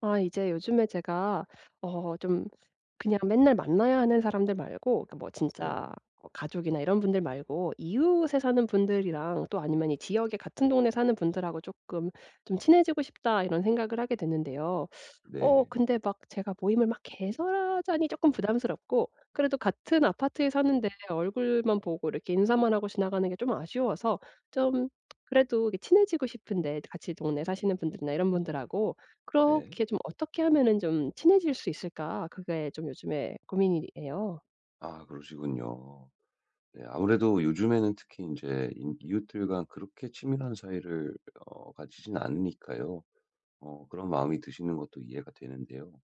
아 이제 요즘에 제가 어 좀 그냥 맨날 만나야 하는 사람들 말고, 그러니까 뭐 진짜 네. 뭐 가족이나 이런 분들 말고 이웃에 사는 분들이랑, 또 아니면 이 지역에 같은 동네 사는 분들하고 조금 좀 친해지고 싶다, 이런 생각을 하게 됐는데요. 네. 근데 막 제가 모임을 막 개설하자니 쪼끔 부담스럽고, 그래도 같은 아파트에 사는데 얼굴만 보고 이렇게 인사만 하고 지나가는 게 좀 아쉬워서, 좀 그래도 이게 친해지고 싶은데, 같이 동네에 사시는 분들이나 이런 분들하고 네. 그렇게 좀 어떻게 하면은 좀 친해질 수 있을까? 그게 좀 요즘에 고민이에요. 아 그러시군요. 네. 아무래도 요즘에는 특히 이제 인 이웃들과 그렇게 친밀한 사이를 가지진 않으니까요. 그런 마음이 드시는 것도 이해가 되는데요.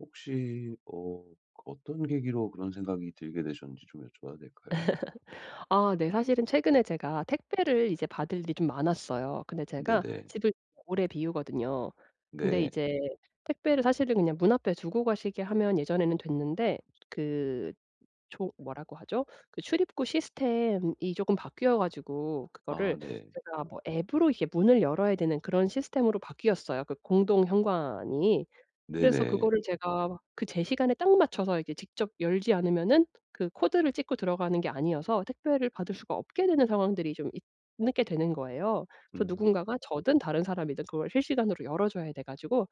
혹시 어떤 계기로 그런 생각이 들게 되셨는지 좀 여쭤봐도 될까요? 아 네. 사실은 최근에 제가 택배를 이제 받을 일이 좀 많았어요. 근데 제가 네네. 집을 오래 비우거든요. 근데 네. 이제 택배를 사실은 그냥 문 앞에 두고 가시게 하면 예전에는 됐는데, 그 조 뭐라고 하죠? 그 출입구 시스템이 조금 바뀌어 가지고, 그거를 아 네. 제가 뭐 앱으로 이렇게 문을 열어야 되는 그런 시스템으로 바뀌었어요, 그 공동 현관이. 그래서 네네. 그거를 제가 그 제 시간에 딱 맞춰서 이게 직접 열지 않으면은 그 코드를 찍고 들어가는 게 아니어서 택배를 받을 수가 없게 되는 상황들이 좀 있 있게 되는 거예요. 그래서 음. 누군가가 저든 다른 사람이든 그걸 실시간으로 열어 줘야 돼 가지고,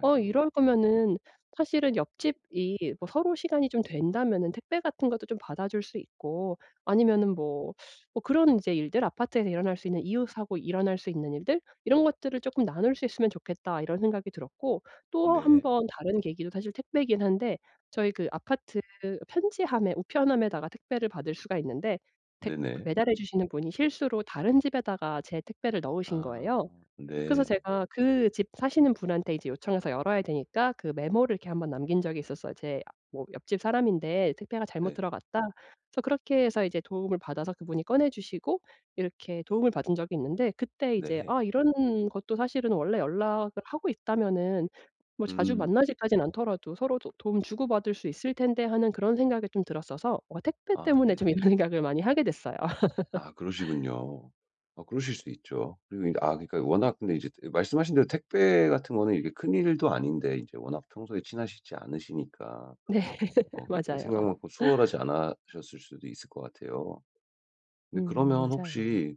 어 이럴 거면은 사실은 옆집이 뭐 서로 시간이 좀 된다면은 택배 같은 것도 좀 받아줄 수 있고, 아니면은 뭐 그런 이제 일들, 아파트에서 일어날 수 있는, 이웃하고 일어날 수 있는 일들, 이런 것들을 쪼끔 나눌 수 있으면 좋겠다, 이런 생각이 들었고, 또 한 네. 번 다른 계기도 사실 택배이긴 한데, 저희 그 아파트 편지함에 우편함에다가 택배를 받을 수가 있는데, 택 그 네네. 배달해 주시는 분이 실수로 다른 집에다가 제 택배를 넣으신 아. 거예요. 그래서 네. 제가 그 집 사시는 분한테 이제 요청해서 열어야 되니까 그 메모를 이렇게 한번 남긴 적이 있었어요. "제 뭐 옆집 사람인데 택배가 잘못 네. 들어갔다." 그래서 그렇게 해서 이제 도움을 받아서 그분이 꺼내 주시고, 이렇게 도움을 받은 적이 있는데, 그때 이제 네. 아 이런 것도 사실은 원래 연락을 하고 있다면은 뭐 자주 음. 만나지까진 않더라도 서로 도 '도움 주고받을 수 있을 텐데.' 하는 그런 생각이 좀 들었어서, 어 택배 아 때문에 좀 이런 네네. 생각을 많이 하게 됐어요. 아 그러시군요. 아 그러실 수 있죠. 그리고 아 그러니까 워낙 근데 이제 말씀하신 대로 택배 같은 거는 이게 큰일도 아닌데 이제 워낙 평소에 친하시지 않으시니까 네. 그렇게 맞아요. 생각만큼 수월하지 않으셨을 수도 있을 것 같아요. 근데 그러면 맞아요. 혹시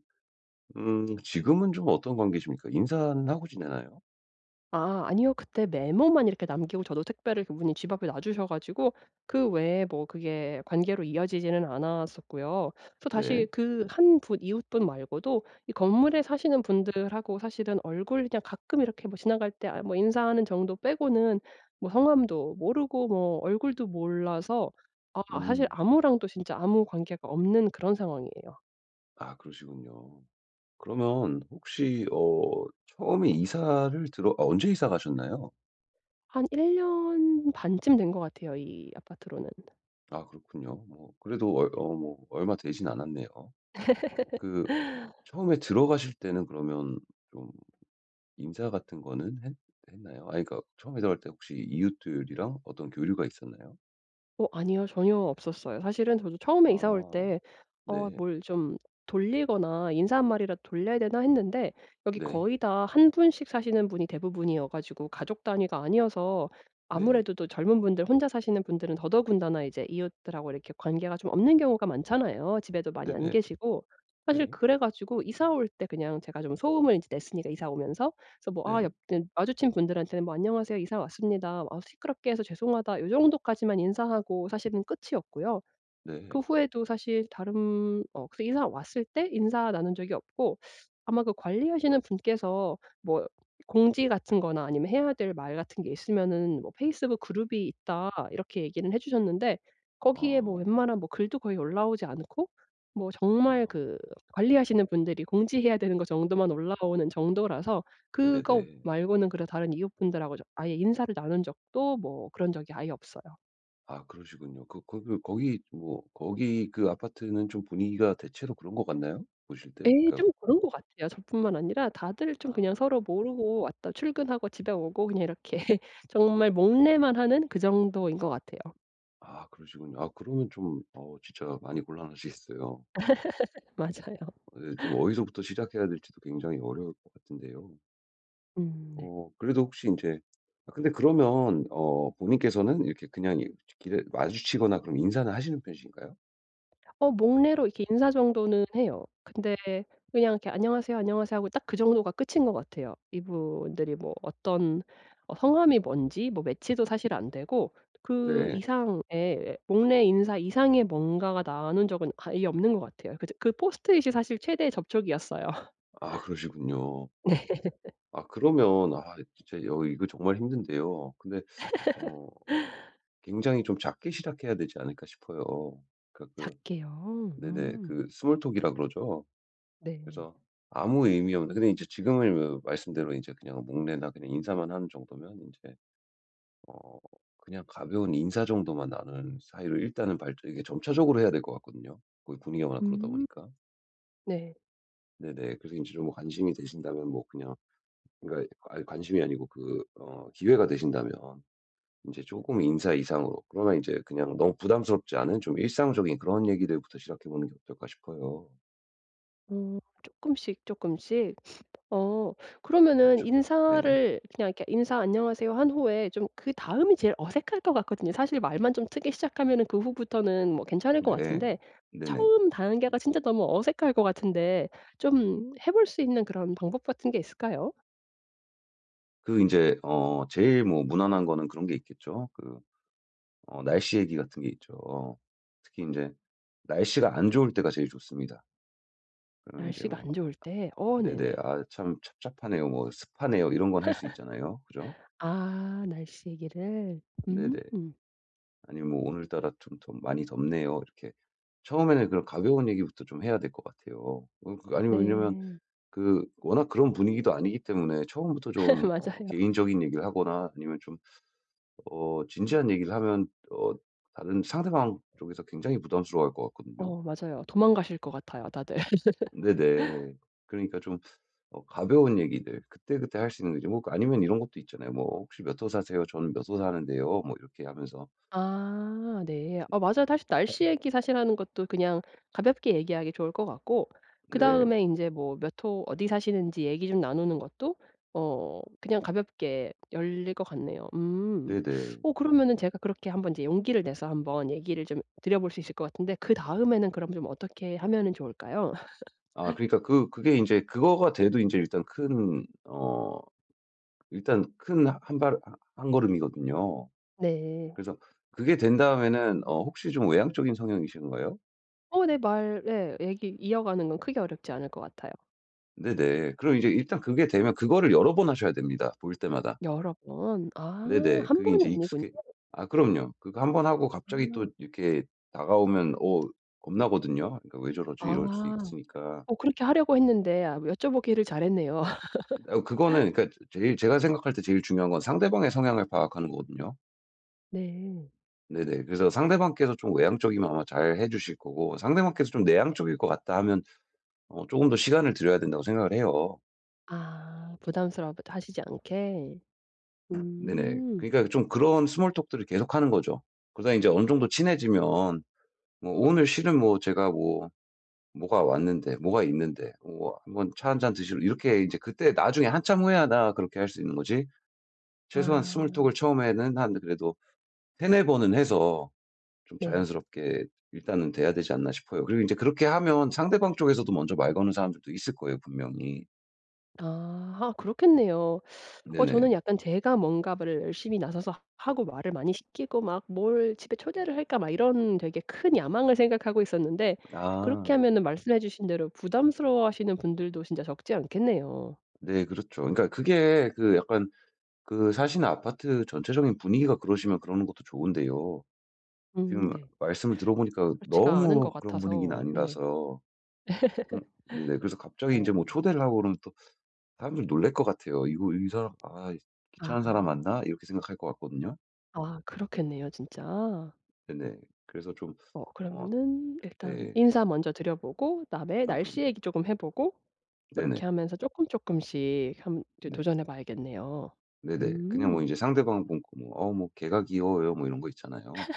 지금은 좀 어떤 관계십니까? 인사는 하고 지내나요? 아 아니요. 그때 메모만 이렇게 남기고, 저도 택배를 그분이 집 앞에 놔주셔 가지고 그 외에 뭐 그게 관계로 이어지지는 않았었고요. 또 다시 네. 그 한 분 이웃분 말고도 이 건물에 사시는 분들하고 사실은 얼굴 그냥 가끔 이렇게 뭐 지나갈 때 아 뭐 인사하는 정도 빼고는 뭐 성함도 모르고 뭐 얼굴도 몰라서, 아 사실 음. 아무랑도 진짜 아무 관계가 없는 그런 상황이에요. 아 그러시군요. 그러면 혹시 어 처음에 이사를 들어 아 언제 이사 가셨나요? 한 1년 반쯤 된 것 같아요, 이 아파트로는. 아 그렇군요. 뭐 그래도 얼 어 뭐 얼마 되진 않았네요. 그 처음에 들어가실 때는 그러면 좀 인사 같은 거는 했나요? 아니, 그러니까 처음에 들어갈 때 혹시 이웃들이랑 어떤 교류가 있었나요? 어 아니요. 전혀 없었어요. 사실은 저도 처음에 이사 올 아. 때 '어 네. 뭘 좀 돌리거나 인사 한 마리라도 돌려야 되나?' 했는데, 여기 네. 거의 다 한 분씩 사시는 분이 대부분이어 가지고, 가족 단위가 아니어서 네. 아무래도 또 젊은 분들 혼자 사시는 분들은 더더군다나 이제 이웃들하고 이렇게 관계가 좀 없는 경우가 많잖아요. 집에도 많이 안 네네. 계시고. 사실 네. 그래 가지고 이사 올 때 그냥 제가 좀 소음을 이제 냈으니까 이사 오면서, 그래서 뭐 아 옆 네. 그 마주친 분들한테는 뭐 "안녕하세요. 이사 왔습니다. 아 시끄럽게 해서 죄송하다." 요 정도까지만 인사하고 사실은 끝이었고요. 네. 그 후에도 사실 다른 어 그래서 인사 왔을 때 인사 나눈 적이 없고, 아마 그 관리하시는 분께서 뭐 공지 같은 거나 아니면 해야 될 말 같은 게 있으면은 뭐 "페이스북 그룹이 있다." 이렇게 얘기는 해 주셨는데, 거기에 뭐 아. 웬만한 뭐 글도 거의 올라오지 않고 뭐 정말 아. 그 관리하시는 분들이 공지해야 되는 거 정도만 올라오는 정도라서, 그거 네네. 말고는 그런 다른 이웃분들하고 저 아예 인사를 나눈 적도 뭐 그런 적이 아예 없어요. 아 그러시군요. 그 거기 거기 뭐 거기 그 아파트는 좀 분위기가 대체로 그런 것 같나요? 보실 때? 예. 그러니까. 좀 그런 것 같아요. 저뿐만 아니라 다들 좀 그냥 아. 서로 모르고 왔다 출근하고 집에 오고 그냥 이렇게 정말 목례만 하는 그 정도인 것 같아요. 아 그러시군요. 아 그러면 좀 진짜 많이 곤란하시겠어요. 그러니까 맞아요. 네, 좀 어디서부터 시작해야 될지도 굉장히 어려울 것 같은데요. 네. 그래도 혹시 이제 아 근데 그러면 본인께서는 이렇게 그냥 이 길에 마주치거나 그럼 인사는 하시는 편이신가요? 어 목례로 이렇게 인사 정도는 해요. 근데 그냥 이렇게 "안녕하세요, 안녕하세요." 하고 딱 그 정도가 끝인 것 같아요. 이분들이 뭐 어떤 어 성함이 뭔지 뭐 매치도 사실 안 되고, 그 네. 이상의 목례 인사 이상의 뭔가가 나눈 적은 아예 없는 것 같아요. 그 저 그 포스트잇이 사실 최대의 접촉이었어요. 아 그러시군요. 아 그러면 아 진짜 여 이거 정말 힘든데요. 근데 어 굉장히 좀 작게 시작해야 되지 않을까 싶어요. 그러니까 그 작게요. 네네, 음. 그 스몰 톡이라 그러죠. 네. 그래서 아무 의미 없는, 근데 이제 지금은 뭐 말씀대로 이제 그냥 목례나 그냥 인사만 하는 정도면 이제 어 그냥 가벼운 인사 정도만 나누는 사이로 일단은 발전 이게 점차적으로 해야 될 것 같거든요. 거기 분위기가 워낙 그러다 음. 보니까. 네. 네네. 그래서 이제좀 뭐 관심이 되신다면 뭐 그냥 그러니까 아 관심이 아니고 그 어 기회가 되신다면 이제 조금 인사 이상으로, 그러면 이제 그냥 너무 부담스럽지 않은 좀 일상적인 그런 얘기들부터 시작해 보는 게 어떨까 싶어요. 어 쪼끔씩, 쪼끔씩. 어 그러면은 그렇죠. 네. 인사를 그냥 이렇게 "인사 안녕하세요." 한 후에 좀 그다음이 제일 어색할 것 같거든요. 사실 말만 좀 트기 시작하면은 그 후부터는 뭐 괜찮을 것 네. 같은데 네네. 처음 단계가 진짜 너무 어색할 것 같은데, 좀 해볼 수 있는 그런 방법 같은 게 있을까요? 그 이제 제일 뭐 무난한 거는 그런 게 있겠죠. 그 날씨 얘기 같은 게 있죠. 특히 이제 날씨가 안 좋을 때가 제일 좋습니다. 그러면 이제 날씨가 뭐 안 좋을 때. 어 "네네. 네네. 아 참 찹찹하네요." 뭐 "습하네요." 이런 건 할 수 있잖아요. 그죠? 아 날씨 얘기를. 음. "네네." 아니면 뭐 "오늘따라 좀 더 많이 덥네요." 이렇게 처음에는 그런 가벼운 얘기부터 좀 해야 될 것 같아요. 어 그 아니면 왜냐면 네. 그 워낙 그런 분위기도 아니기 때문에 처음부터 좀 맞아요. 개인적인 얘기를 하거나 아니면 좀 진지한 얘기를 하면 다른 상대방 쪽에서 굉장히 부담스러워할 것 같거든요. 어 맞아요. 도망가실 것 같아요 다들. 네네. 그러니까 좀 가벼운 얘기들 그때그때 할 수 있는 거죠. 뭐 그 아니면 이런 것도 있잖아요. 뭐 "혹시 몇 호 사세요? 저는 몇 호 사는데요." 뭐 이렇게 하면서. 아 네. 어 맞아요. 사실 날씨 얘기 사실 하는 것도 그냥 가볍게 얘기하기 좋을 것 같고, 네. 그다음에 인제 뭐 몇 호 어디 사시는지 얘기 좀 나누는 것도 어 그냥 가볍게 열릴 것 같네요. 음. 네네. 어 그러면은 제가 그렇게 한번 이제 용기를 내서 한번 얘기를 좀 드려볼 수 있을 것 같은데, 그다음에는 그럼 좀 어떻게 하면은 좋을까요? 아 그러니까 그 그게 이제 그거가 돼도 이제 일단 큰 한발 한 걸음이거든요. 네. 그래서 그게 된 다음에는 혹시 좀 외향적인 성향이신가요? 어 네 말 예 얘기 이어가는 건 크게 어렵지 않을 것 같아요. 네네. 그럼 이제 일단 그게 되면 그거를 여러 번 하셔야 됩니다, 볼 때마다. 여러 번. 아 네네. 한 그게 번이 인제 아니군요. 익숙해 아 그럼요. 그거 한 번 하고 갑자기 또 음. 이렇게 다가오면 겁나거든요. 그러니까 '왜 아. 저러지?' 이럴 수 있으니까. 어 그렇게 하려고 했는데 아 여쭤보기를 잘했네요. 아 그거는 그러니까 제일 제가 생각할 때 제일 중요한 건 상대방의 성향을 파악하는 거거든요. 네. 네네. 그래서 상대방께서 좀 외향적이면 아마 잘 해 주실 거고, 상대방께서 좀 내향적일 것 같다 하면 쪼금 더 시간을 들여야 된다고 생각을 해요. 아 부담스러워 하시지 않게. 네네. 음. 그러니까 좀 그런 스몰 톡들을 계속하는 거죠. 그러다 인제 어느 정도 친해지면 뭐 "오늘 실은 뭐 제가 뭐" 뭐가 왔는데, 뭐가 있는데, 뭐 한번 차 한 잔 드시러, 이렇게 이제 그때 나중에 한참 후에야 나 그렇게 할 수 있는 거지. 최소한 아 스몰 톡을 처음에는 한 그래도 3-4 번은 해서 좀 네. 자연스럽게 일단은 돼야 되지 않나 싶어요. 그리고 이제 그렇게 하면 상대방 쪽에서도 먼저 말 거는 사람들도 있을 거예요, 분명히. 아. 아 그렇겠네요. 어 저는 네네. 약간 제가 뭔가를 열심히 나서서 하고 말을 많이 시키고 막 '뭘 집에 초대를 할까?' 막 이런 되게 큰 야망을 생각하고 있었는데, 그렇게 아. 하면은 말씀해 주신 대로 부담스러워하시는 분들도 진짜 적지 않겠네요. 네 그렇죠. 그러니까 그게 그 약간 그 사시는 아파트 전체적인 분위기가 그러시면 그러는 것도 좋은데요. 지금 네. 말씀을 들어보니까 그렇지가 않은 것 너무 그런 분위기는 같아서 네 아니라서. 그럼 네네. 그래서 갑자기 이 맞아요. 제 뭐 초대를 하고 그러면 또 사람들 놀랄 것 같아요. '이거 이 사람 아 아. 귀찮은 사람 만나?' 이렇게 생각할 것 같거든요. 아 그렇겠네요 진짜. 네네. 그래서 좀 어 어 그러면은 일단 네. 인사 먼저 드려보고 그다음에 아 날씨 그럼요. 얘기 쪼금 해 보고, 네네. 요렇게 하면서 쪼끔 쪼끔씩 한 이제 네. 도전해 봐야겠네요. 네네. 그냥 음. 뭐 이제 상대방 보고 뭐 "어 뭐 걔가 귀여워요." 뭐 이런 거 있잖아요.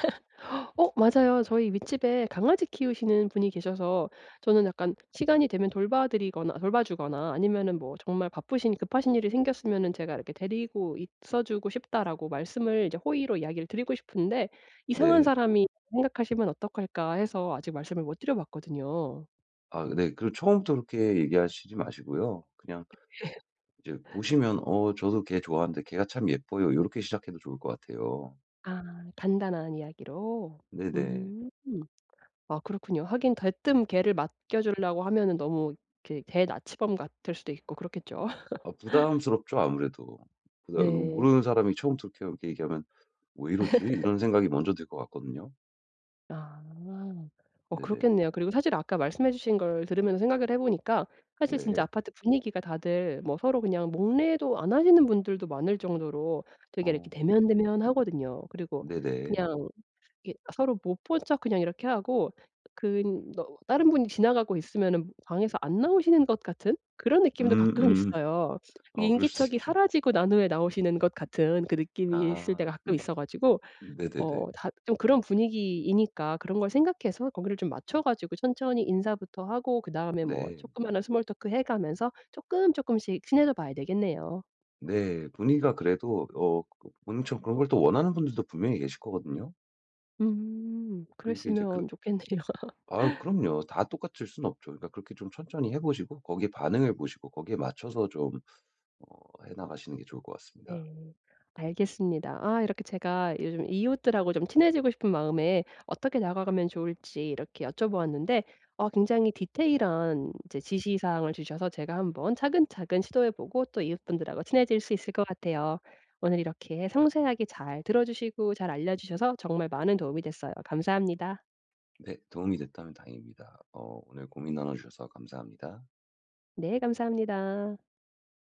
어 맞아요. 저희 윗집에 강아지 키우시는 분이 계셔서 저는 약간 시간이 되면 돌봐드리거나 돌봐주거나 아니면은 뭐 정말 바쁘신 급하신 일이 생겼으면은 제가 이렇게 "데리고 있어 주고 싶다."라고 말씀을 이제 호의로 이야기를 드리고 싶은데, "이상한 네. 사람이 생각하시면 어떡할까?" 해서 아직 말씀을 못 드려 봤거든요. 아 네. 그리고 처음부터 그렇게 얘기하시지 마시고요. 그냥 이제 보시면 "어 저도 걔 좋아하는데 걔가 참 예뻐요." 이렇게 시작해도 좋을 것 같아요. 아 간단한 이야기로. 네네. 음. 아 그렇군요. 하긴 대뜸 걔를 맡겨 주려고 하면은 너무 이렇게 대나치범 같을 수도 있고 그렇겠죠. 아 부담스럽죠 아무래도. 네. 모르는 사람이 처음부터 이렇게 이렇게 얘기하면 '왜 이러지?' 이런 생각이 먼저 들 것 같거든요. 아. 어 네네. 그렇겠네요. 그리고 사실 아까 말씀해 주신 걸 들으면서 생각을 해 보니까 사실 진짜 네. 아파트 분위기가 다들 뭐 서로 그냥 목례도 안 하시는 분들도 많을 정도로 되게 이렇게 어 대면대면하거든요. 그리고 네네. 그냥 이렇게 서로 못 본 척 그냥 이렇게 하고 근 너 다른 분이 지나가고 있으면은 방에서 안 나오시는 것 같은 그런 느낌도 가끔 음음. 있어요. 어 그럴 수도 인기척이 있죠. 사라지고 난 후에 나오시는 것 같은 그 느낌이 있을 때가 아 가끔 있어 가지고, 어 네네네. 다 좀 그런 분위기이니까 그런 걸 생각해서 거기를 좀 맞춰 가지고 천천히 인사부터 하고 그다음에 뭐 네. 조그마한 스몰 토크 해 가면서 조금씩 친해져 봐야 되겠네요. 네. 위기가 그래도 그 본인처럼 그런 걸 또 원하는 분들도 분명히 계실 거거든요. 음. 그러니까 이제 그랬으면 그 좋겠네요. 아 그럼요. 다 똑같을 수는 없죠. 그러니까 그렇게 좀 천천히 해 보시고 거기에 반응을 보시고 거기에 맞춰서 좀 해 나가시는 게 좋을 것 같습니다. 네. 알겠습니다. 아 이렇게 제가 요즘 이웃들하고 좀 친해지고 싶은 마음에 어떻게 나아가면 좋을지 이렇게 여쭤보았는데, 어 굉장히 디테일한 이제 지시사항을 주셔서 제가 한번 차근차근 시도해 보고 또 이웃분들하고 친해질 수 있을 것 같아요. 오늘 이렇게 상세하게 잘 들어주시고 잘 알려주셔서 정말 많은 도움이 됐어요. 감사합니다. 네, 도움이 됐다면 다행입니다. 어, 오늘 고민 나눠주셔서 감사합니다. 네, 감사합니다.